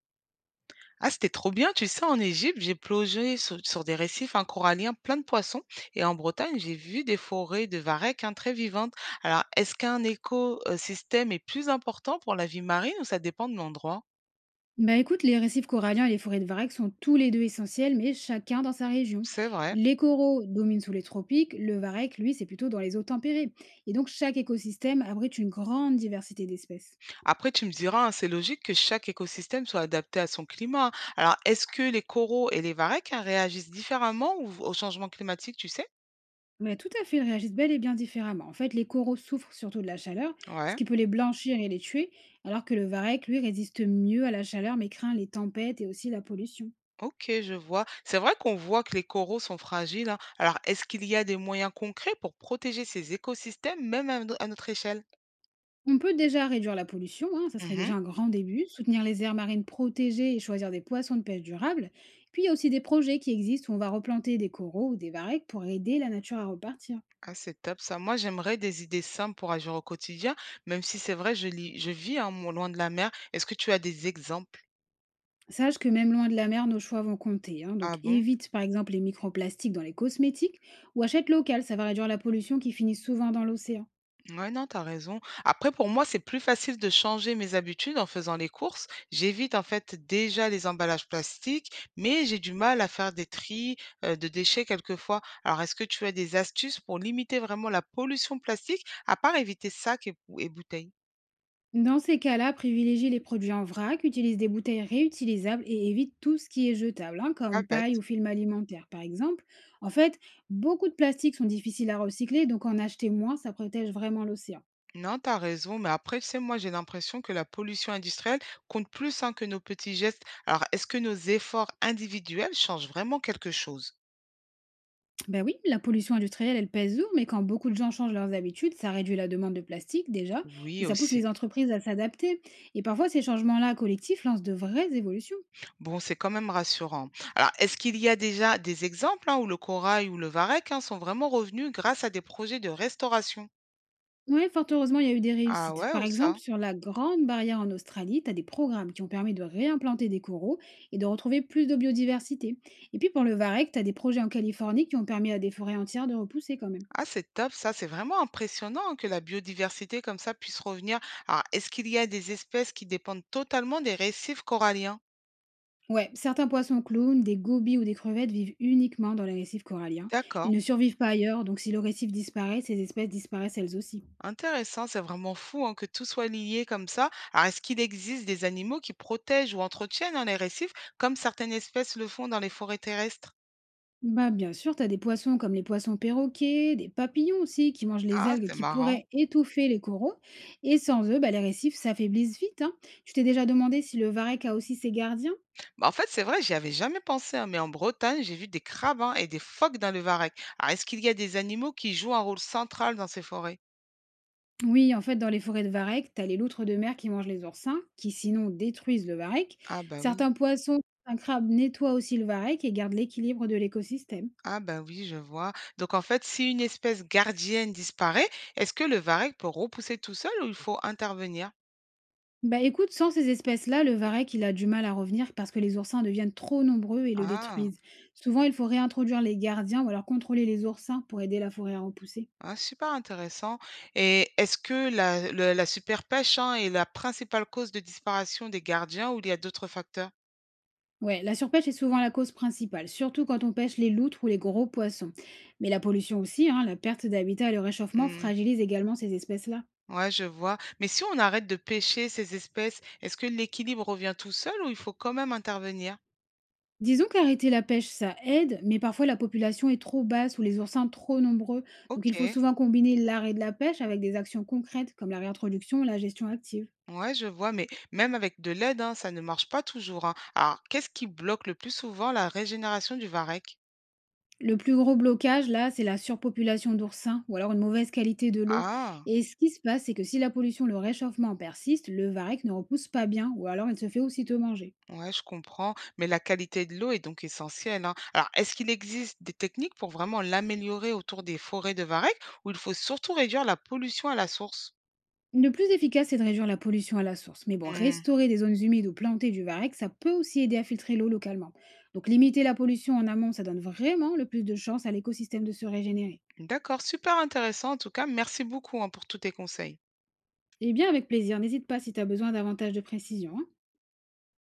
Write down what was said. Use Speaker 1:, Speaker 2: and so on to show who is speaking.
Speaker 1: Ah, c'était trop bien, tu sais, en Égypte, j'ai plongé sur des récifs, hein, coralliens, pleins de poissons, et en Bretagne, j'ai vu des forêts de varech, hein, très vivantes. Alors, est-ce qu'un écosystème est plus important pour la vie marine ou ça dépend de l'endroit?
Speaker 2: Bah écoute, les récifs coralliens et les forêts de varech sont tous les deux essentiels, mais chacun dans sa région.
Speaker 1: C'est vrai.
Speaker 2: Les coraux dominent sous les tropiques, le varech, lui, c'est plutôt dans les eaux tempérées. Et donc chaque écosystème abrite une grande diversité d'espèces.
Speaker 1: Après, tu me diras, hein, c'est logique que chaque écosystème soit adapté à son climat, hein. Alors, est-ce que les coraux et les varechs, hein, réagissent différemment au changement climatique, tu sais?
Speaker 2: Mais tout à fait, ils réagissent bel et bien différemment. En fait, les coraux souffrent surtout de la chaleur, ce
Speaker 1: Ouais.
Speaker 2: qui peut les blanchir et les tuer, alors que le varech, lui, résiste mieux à la chaleur, mais craint les tempêtes et aussi la pollution.
Speaker 1: Ok, je vois. C'est vrai qu'on voit que les coraux sont fragiles, hein. Alors, est-ce qu'il y a des moyens concrets pour protéger ces écosystèmes, même à, no- à notre échelle?
Speaker 2: On peut déjà réduire la pollution, hein, ça serait
Speaker 1: Mhm.
Speaker 2: déjà un grand début, soutenir les aires marines protégées et choisir des poissons de pêche durables. Puis il y a aussi des projets qui existent où on va replanter des coraux ou des varechs pour aider la nature à repartir.
Speaker 1: Ah, c'est top ça. Moi, j'aimerais des idées simples pour agir au quotidien, même si c'est vrai, je lis, je vis, hein, loin de la mer. Est-ce que tu as des exemples?
Speaker 2: Sache que même loin de la mer, nos choix vont compter, hein,
Speaker 1: Ah
Speaker 2: donc
Speaker 1: bon?
Speaker 2: évite par exemple les microplastiques dans les cosmétiques ou achète local, ça va réduire la pollution qui finit souvent dans l'océan.
Speaker 1: Ouais, non, t'as raison. Après, pour moi, c'est plus facile de changer mes habitudes en faisant les courses. J'évite en fait déjà les emballages plastiques, mais j'ai du mal à faire des tris de déchets quelquefois. Alors, est-ce que tu as des astuces pour limiter vraiment la pollution plastique, à part éviter sacs et bouteilles?
Speaker 2: Dans ces cas-là, privilégie les produits en vrac, utilise des bouteilles réutilisables et évite tout ce qui est jetable, hein,
Speaker 1: Pas
Speaker 2: comme paille
Speaker 1: bête.
Speaker 2: ou film alimentaire par exemple. En fait, beaucoup de plastiques sont difficiles à recycler, donc en acheter moins, ça protège vraiment l'océan.
Speaker 1: Non, t'as raison, mais après, tu sais, moi, j'ai l'impression que la pollution industrielle compte plus, hein, que nos petits gestes. Alors, est-ce que nos efforts individuels changent vraiment quelque chose?
Speaker 2: Ben oui, la pollution industrielle, elle pèse lourd, mais quand beaucoup de gens changent leurs habitudes, ça réduit la demande de plastique déjà,
Speaker 1: Oui,
Speaker 2: et ça pousse
Speaker 1: aussi.
Speaker 2: les entreprises à s'adapter. Et parfois, ces changements-là collectifs lancent de vraies évolutions.
Speaker 1: Bon, c'est quand même rassurant. Alors, est-ce qu'il y a déjà des exemples, hein, où le corail ou le varech, hein, sont vraiment revenus grâce à des projets de restauration?
Speaker 2: Ouais, fort heureusement, il y a eu des
Speaker 1: Ah
Speaker 2: réussites.
Speaker 1: ouais,
Speaker 2: Par
Speaker 1: ou ça?
Speaker 2: exemple, sur la Grande Barrière en Australie, tu as des programmes qui ont permis de réimplanter des coraux et de retrouver plus de biodiversité. Et puis pour le varech, tu as des projets en Californie qui ont permis à des forêts entières de repousser quand même.
Speaker 1: Ah, c'est top, ça, c'est vraiment impressionnant que la biodiversité comme ça puisse revenir. Alors, est-ce qu'il y a des espèces qui dépendent totalement des récifs coralliens?
Speaker 2: Ouais, certains poissons clowns, des gobies ou des crevettes vivent uniquement dans les récifs coralliens. Ils
Speaker 1: D'accord,
Speaker 2: ne survivent pas ailleurs, donc si le récif disparaît, ces espèces disparaissent elles aussi.
Speaker 1: intéressant, c'est vraiment fou, hein, que tout soit lié comme ça. Alors, est-ce qu'il existe des animaux qui protègent ou entretiennent, hein, les récifs comme certaines espèces le font dans les forêts terrestres?
Speaker 2: Bah, bien sûr, tu as des poissons comme les poissons perroquets, des papillons aussi, qui mangent les
Speaker 1: Ah,
Speaker 2: algues
Speaker 1: c'est
Speaker 2: qui
Speaker 1: marrant.
Speaker 2: pourraient étouffer les coraux. Et sans eux, bah, les récifs s'affaiblissent vite, hein. Tu t'es déjà demandé si le varech a aussi ses gardiens?
Speaker 1: Bah, en fait, c'est vrai, j'y avais jamais pensé, hein, mais en Bretagne, j'ai vu des crabes, hein, et des phoques dans le Varec. Alors, est-ce qu'il y a des animaux qui jouent un rôle central dans ces forêts?
Speaker 2: Oui, en fait, dans les forêts de varech, tu as les loutres de mer qui mangent les oursins, qui sinon détruisent le varech.
Speaker 1: Ah bah oui,
Speaker 2: Certains poissons, un crabe nettoient aussi le varech et gardent l'équilibre de l'écosystème.
Speaker 1: ah bah oui, je vois. Donc en fait, si une espèce gardienne disparaît, est-ce que le varec peut repousser tout seul ou il faut intervenir?
Speaker 2: Bah écoute, sans ces espèces-là, le varech, il a du mal à revenir parce que les oursins deviennent trop nombreux et le
Speaker 1: Ah,
Speaker 2: détruisent. Souvent, il faut réintroduire les gardiens ou alors contrôler les oursins pour aider la forêt à repousser.
Speaker 1: ah, super intéressant. Et est-ce que la superpêche, hein, est la principale cause de disparition des gardiens ou il y a d'autres facteurs?
Speaker 2: Ouais, la surpêche est souvent la cause principale, surtout quand on pêche les loutres ou les gros poissons. Mais la pollution aussi, hein, la perte d'habitat et le réchauffement
Speaker 1: Hmm.
Speaker 2: fragilisent également ces espèces-là.
Speaker 1: Ouais, je vois. Mais si on arrête de pêcher ces espèces, est-ce que l'équilibre revient tout seul ou il faut quand même intervenir?
Speaker 2: Disons qu'arrêter la pêche, ça aide, mais parfois la population est trop basse ou les oursins trop nombreux, donc
Speaker 1: Ok,
Speaker 2: il faut souvent combiner l'arrêt de la pêche avec des actions concrètes comme la réintroduction ou la gestion active.
Speaker 1: ouais, je vois. Mais même avec de l'aide, hein, ça ne marche pas toujours, hein. Alors, qu'est-ce qui bloque le plus souvent la régénération du varech?
Speaker 2: Le plus gros blocage, là, c'est la surpopulation d'oursins ou alors une mauvaise qualité de l'eau.
Speaker 1: Ah,
Speaker 2: Et ce qui se passe, c'est que si la pollution, le réchauffement persiste, le varech ne repousse pas bien ou alors il se fait aussitôt manger.
Speaker 1: ouais, je comprends. Mais la qualité de l'eau est donc essentielle, hein. Alors, est-ce qu'il existe des techniques pour vraiment l'améliorer autour des forêts de varech ou il faut surtout réduire la pollution à la source?
Speaker 2: Le plus efficace, c'est de réduire la pollution à la source. Mais bon,
Speaker 1: Hmm.
Speaker 2: restaurer des zones humides ou planter du varech, ça peut aussi aider à filtrer l'eau localement. Donc limiter la pollution en amont, ça donne vraiment le plus de chances à l'écosystème de se régénérer.
Speaker 1: D'accord, super intéressant en tout cas. Merci beaucoup, hein, pour tous tes conseils.
Speaker 2: Eh bien avec plaisir, n'hésite pas si tu as besoin davantage de précision.